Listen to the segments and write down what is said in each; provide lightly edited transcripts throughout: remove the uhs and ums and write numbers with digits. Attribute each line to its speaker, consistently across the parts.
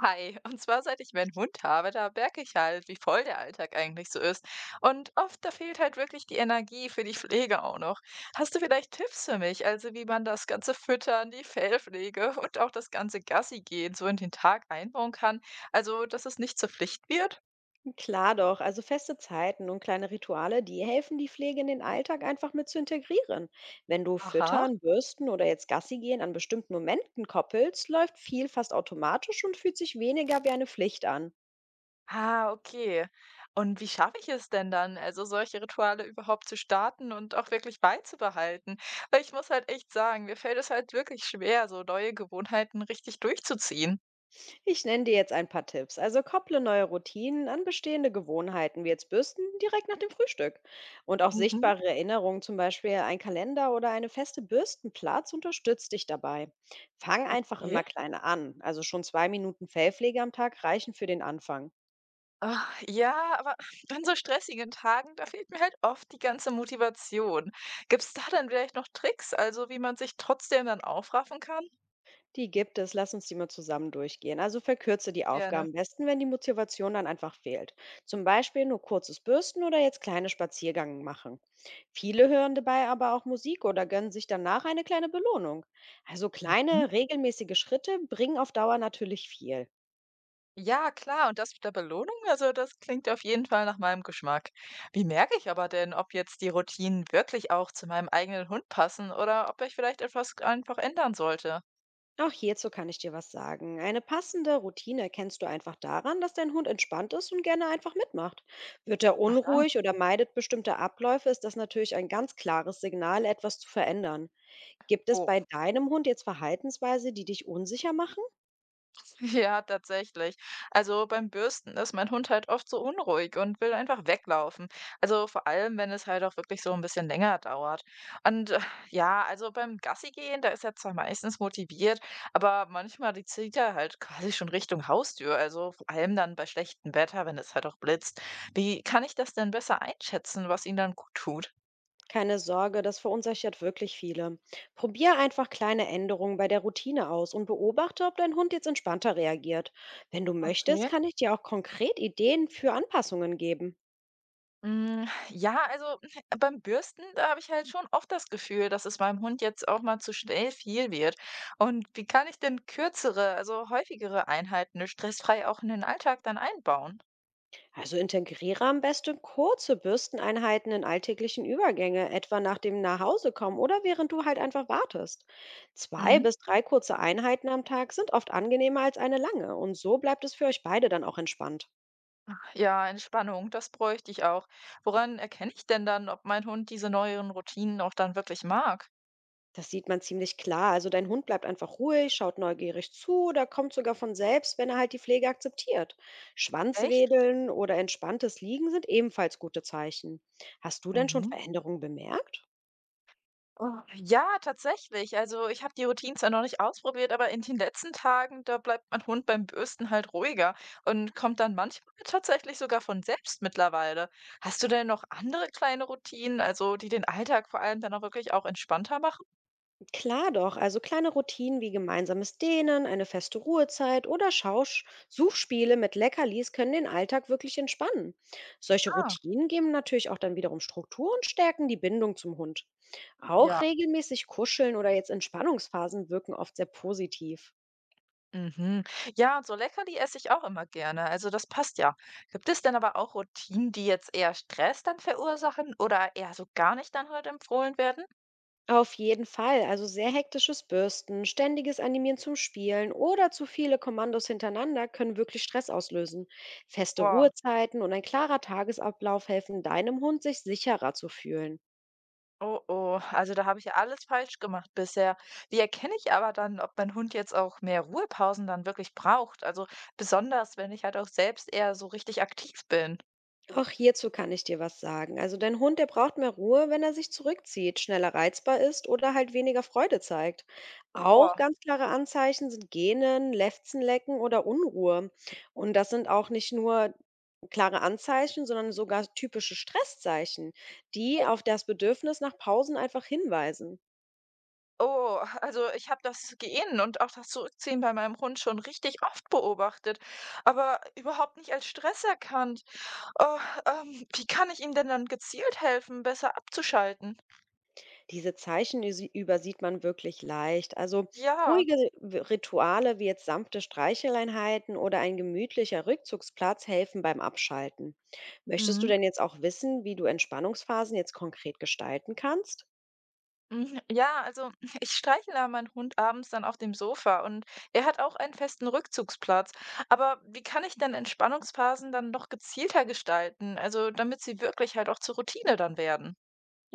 Speaker 1: Hi, und zwar seit ich meinen Hund habe, da merke ich halt, wie voll der Alltag eigentlich so ist. Und oft, da fehlt halt wirklich die Energie für die Pflege auch noch. Hast du vielleicht Tipps für mich, also wie man das ganze Füttern, die Fellpflege und auch das ganze Gassi gehen so in den Tag einbauen kann? Also, dass es nicht zur Pflicht wird?
Speaker 2: Klar doch, also feste Zeiten und kleine Rituale, die helfen, die Pflege in den Alltag einfach mit zu integrieren. Wenn du
Speaker 1: Aha.
Speaker 2: füttern, bürsten oder jetzt Gassi gehen an bestimmten Momenten koppelst, läuft viel fast automatisch und fühlt sich weniger wie eine Pflicht an.
Speaker 1: Ah, okay. Und wie schaffe ich es denn dann, also solche Rituale überhaupt zu starten und auch wirklich beizubehalten? Weil ich muss halt echt sagen, mir fällt es halt wirklich schwer, so neue Gewohnheiten richtig durchzuziehen.
Speaker 2: Ich nenne dir jetzt ein paar Tipps. Also kopple neue Routinen an bestehende Gewohnheiten, wie jetzt Bürsten, direkt nach dem Frühstück. Und auch
Speaker 1: Mhm.
Speaker 2: sichtbare Erinnerungen, zum Beispiel ein Kalender oder eine feste Bürstenplatz, unterstützt dich dabei. Fang einfach immer
Speaker 1: Okay.
Speaker 2: kleine an. Also schon 2 Minuten Fellpflege am Tag reichen für den Anfang.
Speaker 1: Ah, ja, aber an so stressigen Tagen, da fehlt mir halt oft die ganze Motivation. Gibt es da dann vielleicht noch Tricks, also wie man sich trotzdem dann aufraffen kann?
Speaker 2: Die gibt es, lass uns die mal zusammen durchgehen. Also verkürze die
Speaker 1: Gerne.
Speaker 2: Aufgaben am besten, wenn die Motivation dann einfach fehlt. Zum Beispiel nur kurzes Bürsten oder jetzt kleine Spaziergänge machen. Viele hören dabei aber auch Musik oder gönnen sich danach eine kleine Belohnung. Also
Speaker 1: Mhm.
Speaker 2: kleine, regelmäßige Schritte bringen auf Dauer natürlich viel.
Speaker 1: Ja, klar, und das mit der Belohnung, also das klingt auf jeden Fall nach meinem Geschmack. Wie merke ich aber denn, ob jetzt die Routinen wirklich auch zu meinem eigenen Hund passen oder ob ich vielleicht etwas einfach ändern sollte?
Speaker 2: Auch hierzu kann ich dir was sagen. Eine passende Routine erkennst du einfach daran, dass dein Hund entspannt ist und gerne einfach mitmacht. Wird er
Speaker 1: Aha.
Speaker 2: unruhig oder meidet bestimmte Abläufe, ist das natürlich ein ganz klares Signal, etwas zu verändern. Gibt es
Speaker 1: Oh.
Speaker 2: bei deinem Hund jetzt Verhaltensweise, die dich unsicher machen?
Speaker 1: Ja, tatsächlich. Also beim Bürsten ist mein Hund halt oft so unruhig und will einfach weglaufen. Also vor allem, wenn es halt auch wirklich so ein bisschen länger dauert. Und ja, also beim Gassi gehen, da ist er zwar meistens motiviert, aber manchmal die zieht er halt quasi schon Richtung Haustür. Also vor allem dann bei schlechtem Wetter, wenn es halt auch blitzt. Wie kann ich das denn besser einschätzen, was ihm dann gut tut?
Speaker 2: Keine Sorge, das verunsichert wirklich viele. Probier einfach kleine Änderungen bei der Routine aus und beobachte, ob dein Hund jetzt entspannter reagiert. Wenn du möchtest,
Speaker 1: Okay.
Speaker 2: kann ich dir auch konkret Ideen für Anpassungen geben.
Speaker 1: Hm, ja, also beim Bürsten, da habe ich halt schon oft das Gefühl, dass es meinem Hund jetzt auch mal zu schnell viel wird. Und wie kann ich denn kürzere, also häufigere Einheiten stressfrei auch in den Alltag dann einbauen?
Speaker 2: Also integriere am besten kurze Bürsteneinheiten in alltäglichen Übergänge, etwa nach dem Nachhausekommen oder während du halt einfach wartest. Zwei
Speaker 1: Mhm.
Speaker 2: bis drei kurze Einheiten am Tag sind oft angenehmer als eine lange und so bleibt es für euch beide dann auch entspannt.
Speaker 1: Ja, Entspannung, das bräuchte ich auch. Woran erkenne ich denn dann, ob mein Hund diese neueren Routinen auch dann wirklich mag?
Speaker 2: Das sieht man ziemlich klar. Also dein Hund bleibt einfach ruhig, schaut neugierig zu oder kommt sogar von selbst, wenn er halt die Pflege akzeptiert.
Speaker 1: Echt?
Speaker 2: Schwanzwedeln oder entspanntes Liegen sind ebenfalls gute Zeichen. Hast du denn schon
Speaker 1: Mhm.
Speaker 2: Veränderungen bemerkt?
Speaker 1: Oh, ja, tatsächlich. Also ich habe die Routinen zwar noch nicht ausprobiert, aber in den letzten Tagen, da bleibt mein Hund beim Bürsten halt ruhiger und kommt dann manchmal tatsächlich sogar von selbst mittlerweile. Hast du denn noch andere kleine Routinen, also die den Alltag vor allem dann auch wirklich auch entspannter machen?
Speaker 2: Klar doch, also kleine Routinen wie gemeinsames Dehnen, eine feste Ruhezeit oder Schausch Suchspiele mit Leckerlis können den Alltag wirklich entspannen. Solche
Speaker 1: Ah,
Speaker 2: Routinen geben natürlich auch dann wiederum Struktur und stärken die Bindung zum Hund. Auch
Speaker 1: ja.
Speaker 2: regelmäßig Kuscheln oder jetzt Entspannungsphasen wirken oft sehr positiv.
Speaker 1: Mhm. Ja, und so Leckerli esse ich auch immer gerne. Also das passt ja. Gibt es denn aber auch Routinen, die jetzt eher Stress dann verursachen oder eher so gar nicht dann halt empfohlen werden?
Speaker 2: Auf jeden Fall. Also sehr hektisches Bürsten, ständiges Animieren zum Spielen oder zu viele Kommandos hintereinander können wirklich Stress auslösen. Feste Ruhezeiten und ein klarer Tagesablauf helfen deinem Hund, sich sicherer zu fühlen.
Speaker 1: Oh, oh, also da habe ich ja alles falsch gemacht bisher. Wie erkenne ich aber dann, ob mein Hund jetzt auch mehr Ruhepausen dann wirklich braucht? Also besonders, wenn ich halt auch selbst eher so richtig aktiv bin.
Speaker 2: Auch hierzu kann ich dir was sagen. Also dein Hund, der braucht mehr Ruhe, wenn er sich zurückzieht, schneller reizbar ist oder halt weniger Freude zeigt. Mhm. Auch
Speaker 1: Boah.
Speaker 2: ganz klare Anzeichen sind Gähnen, Lefzen lecken oder Unruhe. Und das sind auch nicht nur klare Anzeichen, sondern sogar typische Stresszeichen, die
Speaker 1: Oh,
Speaker 2: auf das Bedürfnis nach Pausen einfach hinweisen.
Speaker 1: oh, also ich habe das Gehen und auch das Zurückziehen bei meinem Hund schon richtig oft beobachtet, aber überhaupt nicht als Stress erkannt. Oh, wie kann ich ihm denn dann gezielt helfen, besser abzuschalten?
Speaker 2: Diese Zeichen üsi übersieht man wirklich leicht. Also
Speaker 1: Ja.
Speaker 2: ruhige w Rituale wie jetzt sanfte Streicheleinheiten oder ein gemütlicher Rückzugsplatz helfen beim Abschalten. Möchtest du
Speaker 1: Mhm.
Speaker 2: denn jetzt auch wissen, wie du Entspannungsphasen jetzt konkret gestalten kannst?
Speaker 1: Mhm, ja, also ich streichle da meinen Hund abends dann auf dem Sofa und er hat auch einen festen Rückzugsplatz. Aber wie kann ich denn Entspannungsphasen dann noch gezielter gestalten? Also damit sie wirklich halt auch zur Routine dann werden.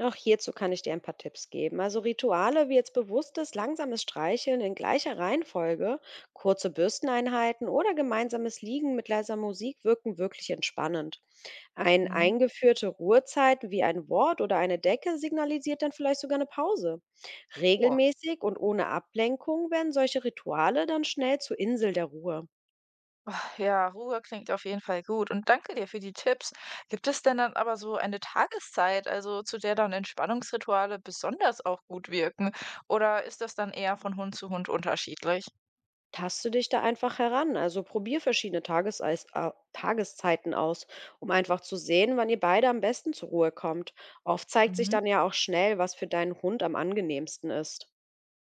Speaker 2: Auch hierzu kann ich dir ein paar Tipps geben. Also Rituale wie jetzt bewusstes, langsames Streicheln in gleicher Reihenfolge, kurze Bürsteneinheiten oder gemeinsames Liegen mit leiser Musik wirken wirklich entspannend. Ein
Speaker 1: Mhm.
Speaker 2: eingeführte Ruhezeit wie ein Wort oder eine Decke signalisiert dann vielleicht sogar eine Pause.
Speaker 1: Oh,
Speaker 2: Regelmäßig und ohne Ablenkung werden solche Rituale dann schnell zur Insel der Ruhe.
Speaker 1: ach, ja, Ruhe klingt auf jeden Fall gut und danke dir für die Tipps. Gibt es denn dann aber so eine Tageszeit, also zu der dann Entspannungsrituale besonders auch gut wirken? Oder ist das dann eher von Hund zu Hund unterschiedlich?
Speaker 2: Taste dich da einfach heran, also probier verschiedene Tageseis Tageszeiten aus, um einfach zu sehen, wann ihr beide am besten zur Ruhe kommt. Oft zeigt sich
Speaker 1: Mhm.
Speaker 2: dann ja auch schnell, was für deinen Hund am angenehmsten ist.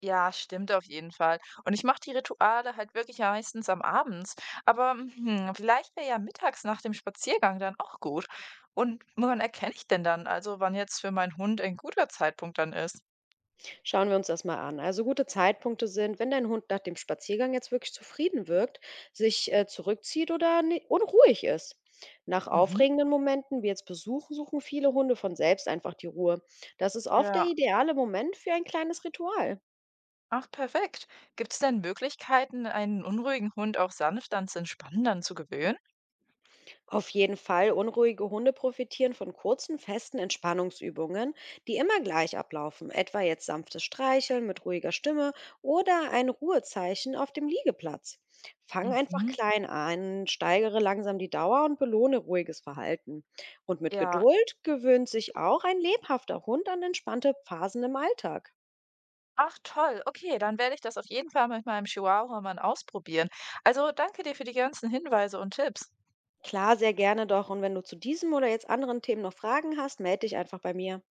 Speaker 1: Ja, stimmt auf jeden Fall. Und ich mache die Rituale halt wirklich ja meistens am Abends. Aber hm, vielleicht wäre ja mittags nach dem Spaziergang dann auch gut. Und woran erkenne ich denn dann, also wann jetzt für meinen Hund ein guter Zeitpunkt dann ist?
Speaker 2: Schauen wir uns das mal an. Also gute Zeitpunkte sind, wenn dein Hund nach dem Spaziergang jetzt wirklich zufrieden wirkt, sich zurückzieht oder unruhig ist. Nach
Speaker 1: Mhm.
Speaker 2: aufregenden Momenten, wie jetzt Besuch, suchen viele Hunde von selbst einfach die Ruhe. Das ist oft der
Speaker 1: Ja,
Speaker 2: ideale Moment für ein kleines Ritual.
Speaker 1: ach perfekt. Gibt es denn Möglichkeiten, einen unruhigen Hund auch sanft ans Entspannen dann zu gewöhnen?
Speaker 2: Auf jeden Fall, unruhige Hunde profitieren von kurzen, festen Entspannungsübungen, die immer gleich ablaufen, etwa jetzt sanftes Streicheln mit ruhiger Stimme oder ein Ruhezeichen auf dem Liegeplatz. Fang einfach
Speaker 1: Mhm.
Speaker 2: klein an, steigere langsam die Dauer und belohne ruhiges Verhalten. Und mit
Speaker 1: Ja.
Speaker 2: Geduld gewöhnt sich auch ein lebhafter Hund an entspannte Phasen im Alltag.
Speaker 1: Ach toll, okay, dann werde ich das auf jeden Fall mit meinem Chihuahua mal ausprobieren. Also danke dir für die ganzen Hinweise und Tipps.
Speaker 2: Klar, sehr gerne doch. Und wenn du zu diesem oder jetzt anderen Themen noch Fragen hast, melde dich einfach bei mir.